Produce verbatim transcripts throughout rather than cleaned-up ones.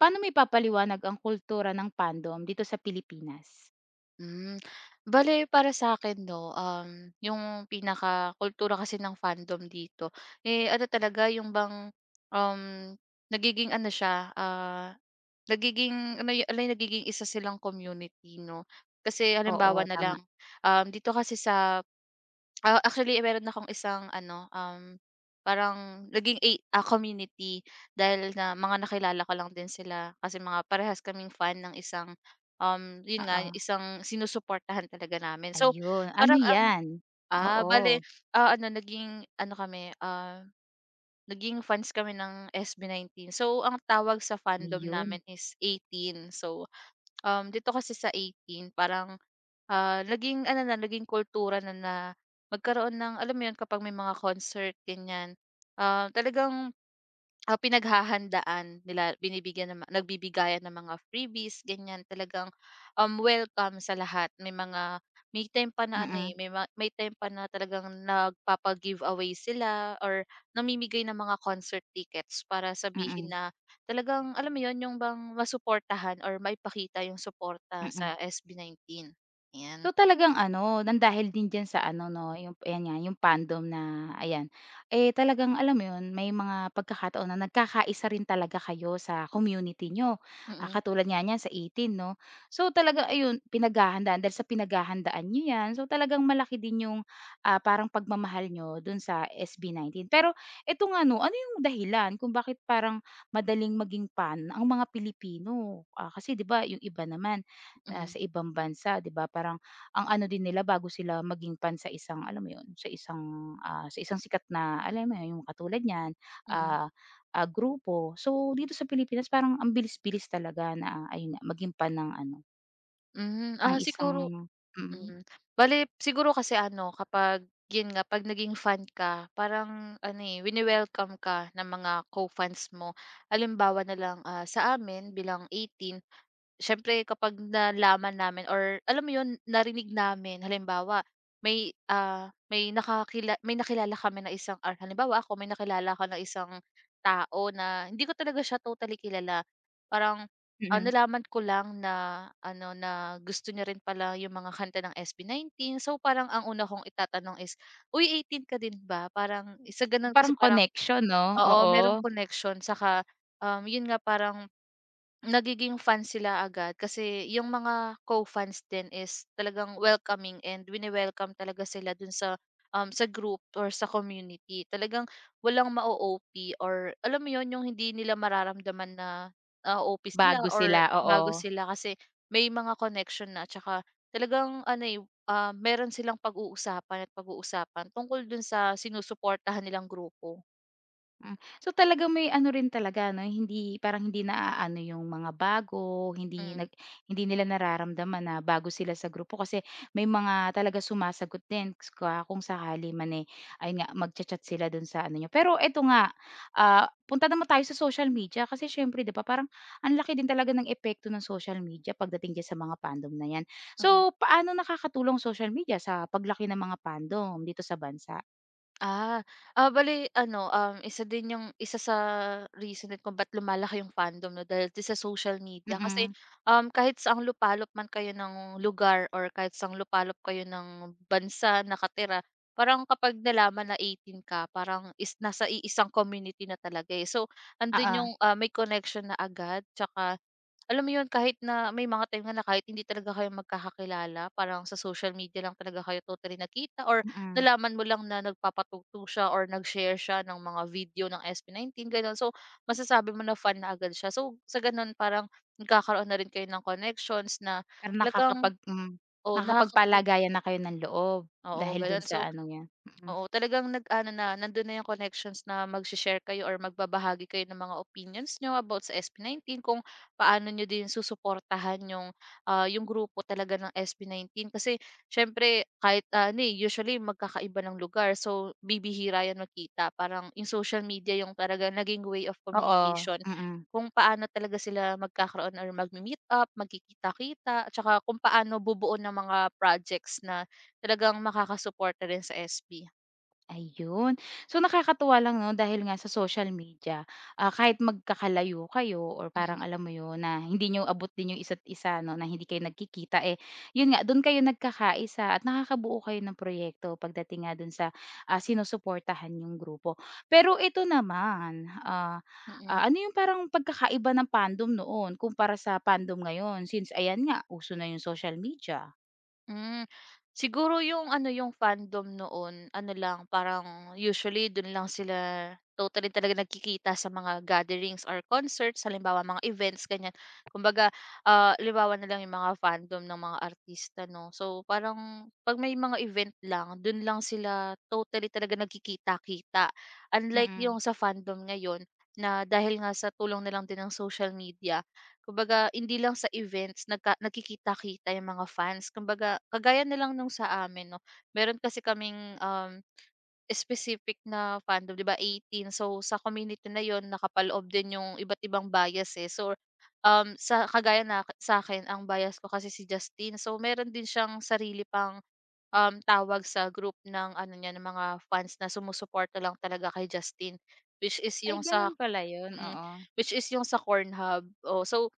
Paano mo ipapaliwanag ang kultura ng fandom dito sa Pilipinas? Hmm, bale para sa akin 'no, um, yung pinaka kultura kasi ng fandom dito, eh, ano talaga yung bang, um, nagiging ano siya, ah, nagiging ano y, ala nagiging isa silang community 'no. Kasi Oo, halimbawa na tama, lang, um, dito kasi sa ah, actually eh, meron akong isang ano, um, parang naging a ah, community dahil na mga nakilala ko lang din sila kasi mga parehas kaming fan ng isang. Um, yun nga oo. isang sinusuportahan talaga namin. So, Ayun, ano parang ang 'yan? ah, Oo, bale, ah, ano naging ano kami, ah, naging fans kami ng sb nineteen. So, ang tawag sa fandom ayun. namin is eighteen. So, um, dito kasi sa eighteen parang, ah, naging ano na, naging kultura na na magkaroon ng alam mo yun kapag may mga concert ganyan, ah, talagang Ah, pinaghahandaan nila, binibigyan ng ma nagbibigayan ng mga freebies ganyan. Talagang, um, welcome sa lahat. May mga may time pa na ano, Mm, eh, may ma may time pa na talagang nagpapa-giveaway sila or namimigay ng mga concert tickets para sabihin mm, na talagang alam mo 'yun, 'yung bang masuportahan or maipakita 'yung suporta mm. sa S B nineteen, ayan. So, talagang ano, nang dahil din diyan sa ano 'no, yung ayan nga, yung fandom na ayan, eh, talagang alam mo yun, may mga pagkakataon na nagkakaisa rin talaga kayo sa community nyo. Ah, Mm. katulad nga niyan sa eighteen 'no. So, talaga ayun, pinaghahandaan dahil sa pinaghahandaan niyo 'yan, so talagang malaki din yung, ah, parang pagmamahal nyo dun sa s b nineteen. Pero eto nga 'no, ano yung dahilan kung bakit parang madaling maging fan ang mga Pilipino? Ah, kasi 'di ba yung iba naman, ah, Mm. sa ibang bansa 'di ba parang ang ano din nila bago sila maging fan sa isang alam mo 'yun, sa isang, ah, sa isang sikat na alam mo 'yun, yung katulad niyan, Mm. ah, ah, grupo. So, dito sa Pilipinas parang ang bilis-bilis talaga na ah, ayun nga maging fan ng ano, Hmm, ng ah, isang siguro. mm, Mm. Bale siguro kasi ano kapag yun nga 'pag naging fan ka parang ano, eh, wini-welcome ka ng mga co-fans mo. Halimbawa na lang, ah, sa amin bilang eighteen. Siyempre kapag nalaman namin or alam mo 'yun, narinig namin halimbawa may, ah, may nakakila may nakilala kami na isang or halimbawa ako may nakilala ako na isang tao na hindi ko talaga siya totally kilala. Parang, ah, mm. nalaman ko lang na ano, na gusto niya rin pala yung mga kanta ng sb nineteen. So, parang ang una kong itatanong is, "Uy eighteen ka din ba?" Parang sa gano'n kasi Parang parang connection 'no, oo, merong oo. connection saka um, yun nga parang nagiging fan sila agad kasi yung mga co-fans din is talagang welcoming and wini-welcome talaga sila dun sa um, sa group or sa community. Talagang walang ma-O P or alam mo yun, yung hindi nila mararamdaman na ah, O P sila Bago sila, or oo. bago sila kasi may mga connection na tsaka talagang ano eh, ah, meron silang pag-uusapan at pag-uusapan tungkol dun sa sinusuportahan nilang grupo. Hmm. So talagang may ano rin talaga 'no, hindi parang hindi naaano yung mga bago, hindi Mm. nag hindi nila nararamdaman na bago sila sa grupo kasi may mga talaga sumasagot din s- ka kung sakali man, eh, ayun nga magcha-chat sila dun sa ano niyo. Pero eto nga, ah, punta naman tayo sa social media kasi siyempre 'di ba parang ang laki din talaga ng epekto ng social media pagdating diyan sa mga fandom na 'yan. Mm. So, paano nakakatulong social media sa paglaki ng mga fandom dito sa bansa? Ah, ah, bale ano, um, isa din yung isa sa reason din kung ba't lumalaki yung fandom 'no dahil din sa social media kasi, Mm, um, kahit saang lupalop man kayo ng lugar or kahit saang lupalop kayo ng bansa nakatira, parang kapag nalaman na eighteen ka parang is nasa iisang community na talaga, eh. So, andun oo, yung, ah, may connection na agad tsaka alam mo yun kahit na may mga time nga na kahit hindi talaga kayo magkakakilala parang sa social media lang talaga kayo totally nakita or mm. nalaman mo lang na nagpapatugtog siya or nag-share siya ng mga video ng S B nineteen, gano'n. So, masasabi mo na fan na agad siya. So, sa gano'n parang nagkakaroon na rin kayo ng connections na Pero talagang nakakapag hmm, oo, nakaka nakakapagpalagayan na kayo ng loob oo, dahil dun gano'n. sa So ano niya, mm. oo, talagang nag-ano na, nandun na 'yung connections na magse-share kayo or magbabahagi kayo ng mga opinions niyo about sa sb nineteen kung paano niyo din susuportahan 'yung, ah, 'yung grupo talaga ng sb nineteen. Kasi siyempre kahit, ah, ano, eh, usually magkakaiba ng lugar, so bibihira 'yan makita. Parang 'yung social media 'yung talagang naging way of Oo, communication, mm. kung paano talaga sila magkakaroon or magme-meet up, magkikita-kita, at saka kung paano bubuo ng mga projects na talagang makakasuporta rin sa S B. Ayun. So, nakakatuwa lang 'no dahil nga sa social media, ah, kahit magkakalayo kayo or parang Mm. alam mo yun na hindi niyo abot din yung isa't isa 'no, na hindi kayo nagkikita, eh, yun nga dun kayo nagkakaisa at nakakabuo kayo ng proyekto pagdating nga dun sa, ah, sinusuportahan yung grupo. Pero ito naman, ah, ah, Mm. ano yung parang pagkakaiba ng fandom noon kumpara sa fandom ngayon since ayan nga uso na yung social media? Hmm, siguro yung ano, yung fandom noon ano lang, parang usually dun lang sila totally talaga nagkikita sa mga gatherings or concerts, halimbawa mga events, ganyan. Kumbaga, ah, halimbawa na lang yung mga fandom ng mga artista 'no. So, parang 'pag may mga event lang, dun lang sila totally talaga nagkikita-kita. Mm. Unlike Mm. yung sa fandom ngayon na dahil nga sa tulong na lang din ng social media. Kumbaga hindi lang sa events nagka nagkikita-kita yung mga fans. Kumbaga kagaya na lang nung sa amin 'no, meron kasi kaming, um, specific na fandom 'di ba eighteen. So sa community na yon nakapaloob din yung iba't ibang bias, eh. So, um, sa kagaya na sa akin ang bias ko kasi si Justin. So meron din siyang sarili pang, um, tawag sa group ng ano niya, ng mga fans na sumusuporta lang talaga kay Justin, which is Ay yung sa ganun pala yun, mm, oo. which is yung sa Corn Hub. Oh, so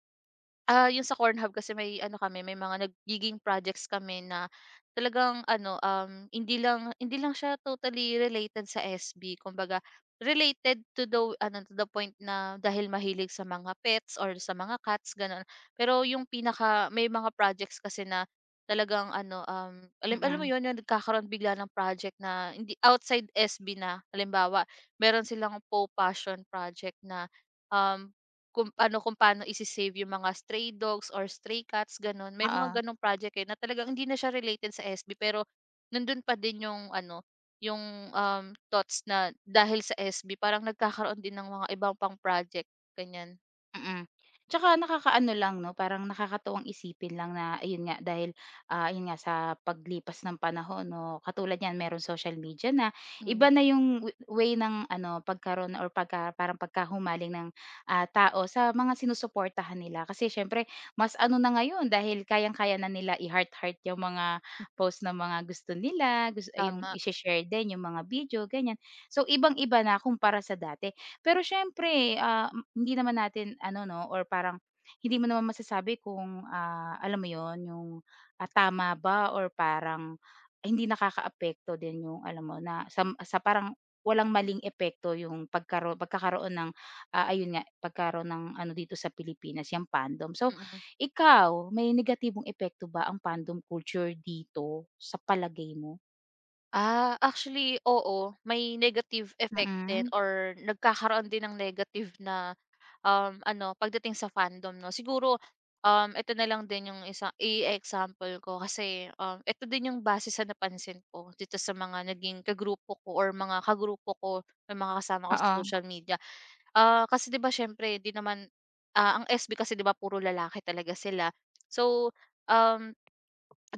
Ah, yung sa Cornhub kasi may ano kami, may mga nagiging projects kami na talagang ano, um, hindi lang hindi lang siya totally related sa S B. Kumbaga, related to the ano to the point na dahil mahilig sa mga pets or sa mga cats ganun. Pero yung pinaka may mga projects kasi na talagang ano um alam alam mo Mm, yun yung nagkakaroon bigla ng project na hindi outside S B na halimbawa meron silang po passion project na um kung ano, kung paano ise-save yung mga stray dogs or stray cats, gano'n. May oo. mga gano'ng project, eh, na talagang hindi na siya related sa S B pero nandun pa din yung ano, yung, um, thoughts na dahil sa S B parang nagkakaroon din ng mga ibang pang project, ganiyan. Mm. Tsaka nakakaano lang 'no, parang nakakatuwang isipin lang na ayun nga dahil, ah, ayun nga sa paglipas ng panahon 'no, katulad niyan merong social media na, Mm. iba na yung we way ng ano pagkaroon or pagka parang pagkahumaling ng, ah, tao sa mga sinusuportahan nila. Kasi siyempre mas ano na ngayon dahil kayang-kaya na nila i-heart-heart yung mga post ng mga gusto nila, gus ay yung Tama. ishe-share din yung mga video, ganyan. So, ibang-iba na kumpara sa dati. Pero syempre ah, m- hindi naman natin ano 'no or parang hindi mo naman masasabi kung, ah, alam mo yon yung, ah, tama ba or parang hindi nakakaapekto din yung alam mo na sa sa parang walang maling epekto yung pagkaro pagkakaroon ng, ah, ayun nga, pagkaroon ng ano dito sa Pilipinas, yang fandom. So, Mm. ikaw, may negatibong epekto ba ang fandom culture dito sa palagay mo? Ah, actually oo, may negative effect din Mm, or nagkakaroon din ng negative na, um, ano pagdating sa fandom 'no. Siguro, um, ito na lang din yung isang i-example ko kasi, um, ito din yung base sa napansin ko dito sa mga naging kagrupo ko or mga kagrupo ko na mga kasama ko sa oo. social media. Ah, kasi 'di ba siyempre 'di naman, ah, ang S B kasi 'di ba puro lalaki talaga sila. So, Um,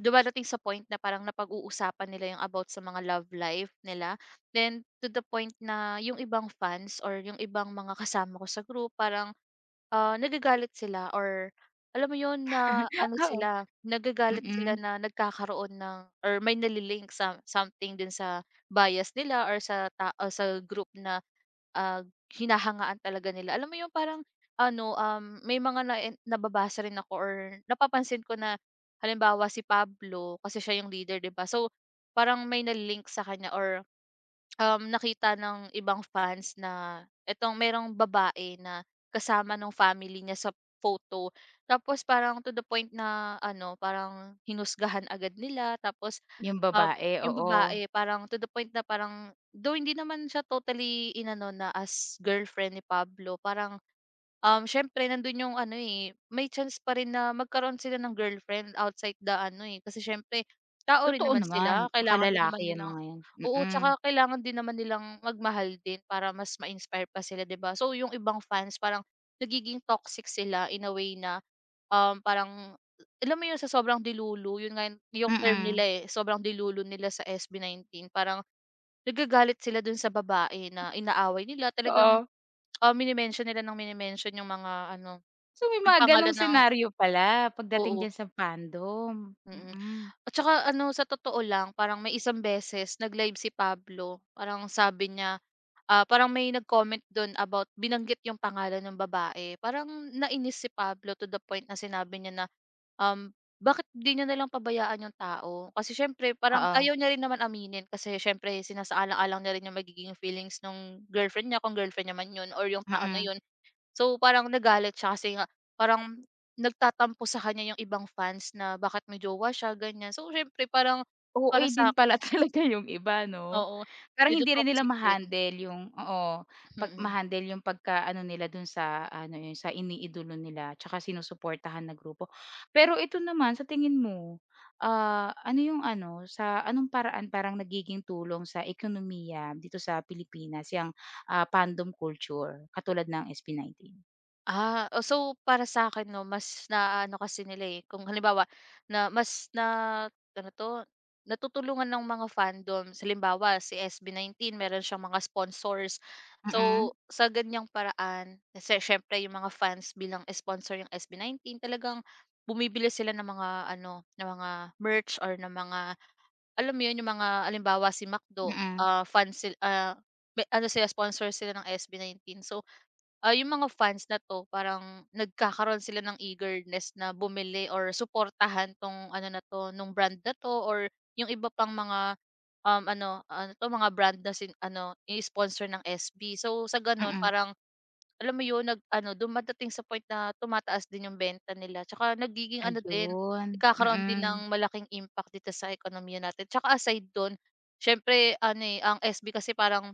dumadating sa point na parang napag-uusapan nila yung about sa mga love life nila. Then to the point na yung ibang fans or yung ibang mga kasama ko sa group parang, ah, nagagalit sila or alam mo yun na ano Oo. sila, nagagalit sila Mm, na nagkakaroon ng or may nali-link sa something din sa bias nila or sa ta o sa group na ah, hinahangaan talaga nila. Alam mo yung parang ano, um, may mga na nababasa rin ako or napapansin ko na halimbawa si Pablo kasi siya yung leader, 'di ba? So, parang may na-link sa kanya or Um, nakita ng ibang fans na etong merong babae na kasama ng family niya sa photo. Tapos parang to the point na ano, parang hinusgahan agad nila tapos, yung ah, babae, yung oo. babae parang to the point na parang though hindi naman siya totally inano na as girlfriend ni Pablo parang, um, siyempre nandun yung ano, eh, may chance pa rin na magkaroon sila ng girlfriend outside the ano, eh, kasi siyempre tao rin Totoo naman naman, sila tsaka kailangan din lalaki naman 'yang nilang. mga 'yan, Oo, mm, tsaka kailangan din naman nilang magmahal din para mas ma-inspire pa sila, 'di ba? So, yung ibang fans parang nagiging toxic sila in a way na, um, parang alam mo yun sa sobrang dilulu, yun nga yung yung term mm. nila, eh, sobrang dilulu nila sa S B nineteen parang nagagalit sila dun sa babae na inaaway nila talagang, Oo. ah, mini-mention nila ng mini yung mga ano, So, may ang mga gano'ng pangalan ng senaryo pala pagdating oo, diyan sa fandom, mm. mm. At saka ano, sa totoo lang parang may isang beses nag-live si Pablo, parang sabi niya, ah, parang may nag-comment dun about binanggit yung pangalan ng babae. Parang nainis si Pablo to the point na sinabi niya na, um, bakit di niyo nalang pabayaan yung tao? Kasi siyempre parang Oo, ayaw niya rin naman aminin kasi siyempre sinasaalang-alang niya rin yung magiging feelings ng girlfriend niya, kung girlfriend niya man yun or yung tao na mm. yun. So, parang nagalit siya kasi nga parang nagtatampo sa kanya yung ibang fans na bakit may jowa siya, ganyan. So, siyempre parang O A para din sa akin pala talaga yung iba 'no? oo, Parang medyo hindi rin nila toxic din, ma-handle yung oo, pag mm. ma-handle yung pagka-ano nila dun sa ano, yung sa iniidolo nila tsaka sinusuportahan na grupo. Pero ito naman sa tingin mo, ah, ano yung ano, sa anong paraan parang nagiging tulong sa ekonomiya dito sa Pilipinas yang, ah, fandom culture katulad ng S B nineteen? Ah, oh, so para sa akin 'no, mas na ano kasi nila, eh, kung halimbawa na mas na ano 'to, natutulungan ng mga fandom. Halimbawa si S B nineteen meron siyang mga sponsors. So, Mm, sa ganiyang paraan kasi siyempre yung mga fans bilang sponsor yung S B nineteen talagang bumibili sila ng mga ano, ng mga merch or ng mga alam mo yun, yung mga alimbawa si McDo, mm, ah, fans sila ah, may ano sila, sponsor sila ng S B nineteen. So, ah, yung mga fans na 'to parang nagkakaroon sila ng eagerness na bumili or suportahan 'tong ano na 'to, nung brand na 'to or yung iba pang mga, um, ano, ano 'to, mga brand na sin ano, ini-sponsor ng S B. So, sa gano'n mm. parang alam mo 'yun, nag-ano, dumadating sa point na tumataas din yung benta nila tsaka nagiging ano din, Ayun, nagkakaroon din ng mm, malaking impact dito sa ekonomiya natin. Tsaka aside do'n siyempre ano, eh, ang S B kasi parang,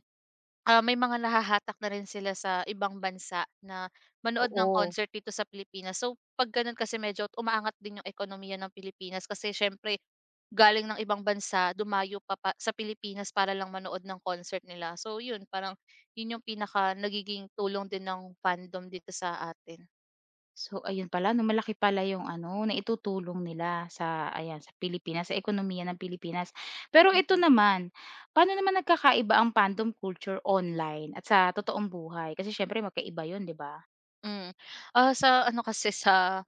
ah, may mga nahahatak na rin sila sa ibang bansa na manood ng oo. concert dito sa Pilipinas. So, 'pag gano'n kasi medyo umaangat din yung ekonomiya ng Pilipinas kasi siyempre galing ng ibang bansa, dumayo pa pa sa Pilipinas para lang manood ng concert nila. So, 'yun parang 'yun yung pinaka nagiging tulong din ng fandom dito sa atin. So ayun pala 'no, malaki pala yung ano, naitutulong nila sa ayan, sa Pilipinas, sa ekonomiya ng Pilipinas. Pero ito Mm. naman, paano naman nagkakaiba ang fandom culture online at sa totoong buhay? Kasi siyempre magkaiba yun, 'di ba? Hmm, ah, sa ano kasi sa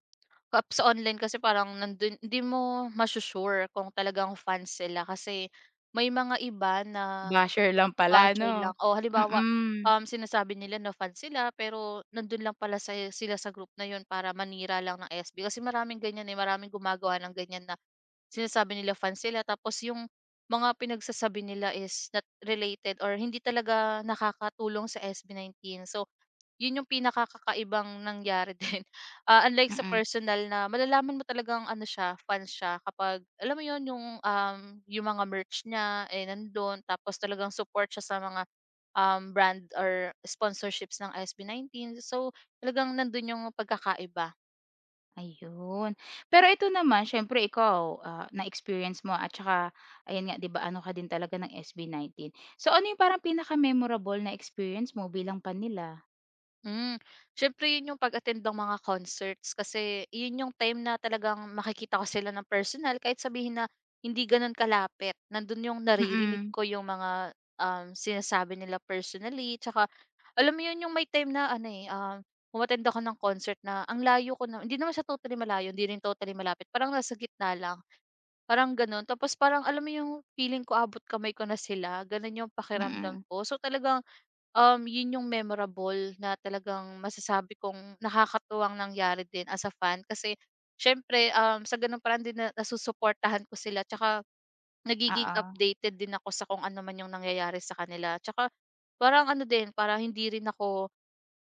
Kap sa online kasi parang nandun hindi mo masusure kung talagang fans sila kasi may mga iba na Basher lang pala basher lang. 'no? O halimbawa, Mm, um, sinasabi nila na fans sila pero nandun lang pala sa sila sa group na yun para manira lang ng S B. Kasi maraming ganyan, eh, maraming gumagawa ng ganyan na sinasabi nila fans sila tapos yung mga pinagsasabi nila is not related or hindi talaga nakakatulong sa S B nineteen. So yun yung pinakakakaibang nangyari din. Ah, unlike mm, sa mm, personal na malalaman mo talagang ano siya, fan siya kapag alam mo yun yung, um, yung mga merch niya, eh, nandun tapos talagang support siya sa mga, um, brand or sponsorships ng sb Nineteen. So, talagang nandun yung pagkakaiba. ayun. Pero ito naman siyempre ikaw, ah, na-experience mo at saka ayun nga 'di ba ano ka din talaga ng S B nineteen. So ano yung parang pinaka-memorable na experience mo bilang fan nila? Hmm, siyempre 'yun yung pag-attend ng mga concerts kasi 'yun yung time na talagang makikita ko sila ng personal kahit sabihin na hindi gano'n kalapit, nando'n yung naririnig Mm, ko yung mga, um, sinasabi nila personally tsaka alam mo 'yun yung may time na ano, eh, um, umattend ako ng concert na ang layo ko na hindi naman siya totally malayo, hindi rin totally malapit, parang nasa gitna lang, parang gano'n. Tapos parang alam mo yung feeling ko abot kamay ko na sila, gano'n yung pakiramdam mm. ko. So, talagang Um, yun yung memorable na talagang masasabi kong nakakatuwang nangyari din as a fan kasi siyempre, um, sa gano'ng paraan din na nasusuportahan ko sila tsaka nagiging Oo, updated din ako sa kung ano man yung nangyayari sa kanila. Tsaka parang ano din, parang hindi rin ako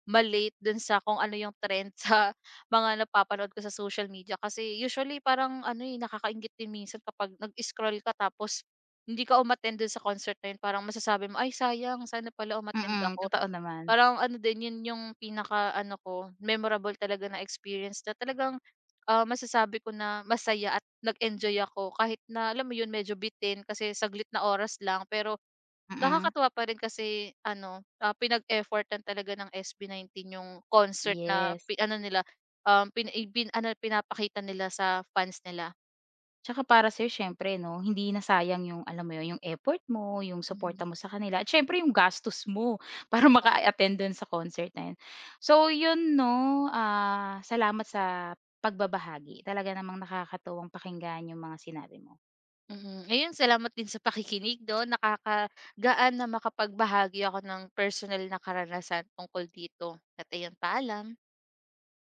malate late dun sa kung ano yung trend sa mga napapanood ko sa social media kasi usually parang ano, eh, nakakainggit din minsan kapag nag-scroll ka tapos hindi ka umattend dun sa concert na yun parang masasabi mo, "Ay sayang sana pala umattend mm, ako." totoo naman. Parang ano din yun yung pinaka ano ko, memorable talaga na experience na talagang, ah, masasabi ko na masaya at nag-enjoy ako kahit na alam mo yun medyo bitin kasi saglit na oras lang pero Mm, nakakatuwa pa rin kasi ano, ah, pinag-effortan talaga ng S B nineteen yung concert na yes. pi ano nila, um, pin i bin ano pinapakita nila sa fans nila. Tsaka para sa'yo siyempre 'no, hindi nasayang yung alam mo yun, yung effort mo, yung suporta Mm. mo sa kanila at siyempre yung gastos mo para maka-attend dun sa concert na yun. So yun 'no, ah, salamat sa pagbabahagi. Talaga namang nakakatuwang pakinggan yung mga sinabi mo. Mhm. Ayun, salamat din sa pakikinig 'no. Nakakagaan na makapagbahagi ako ng personal na karanasan tungkol dito. At ayun, paalam.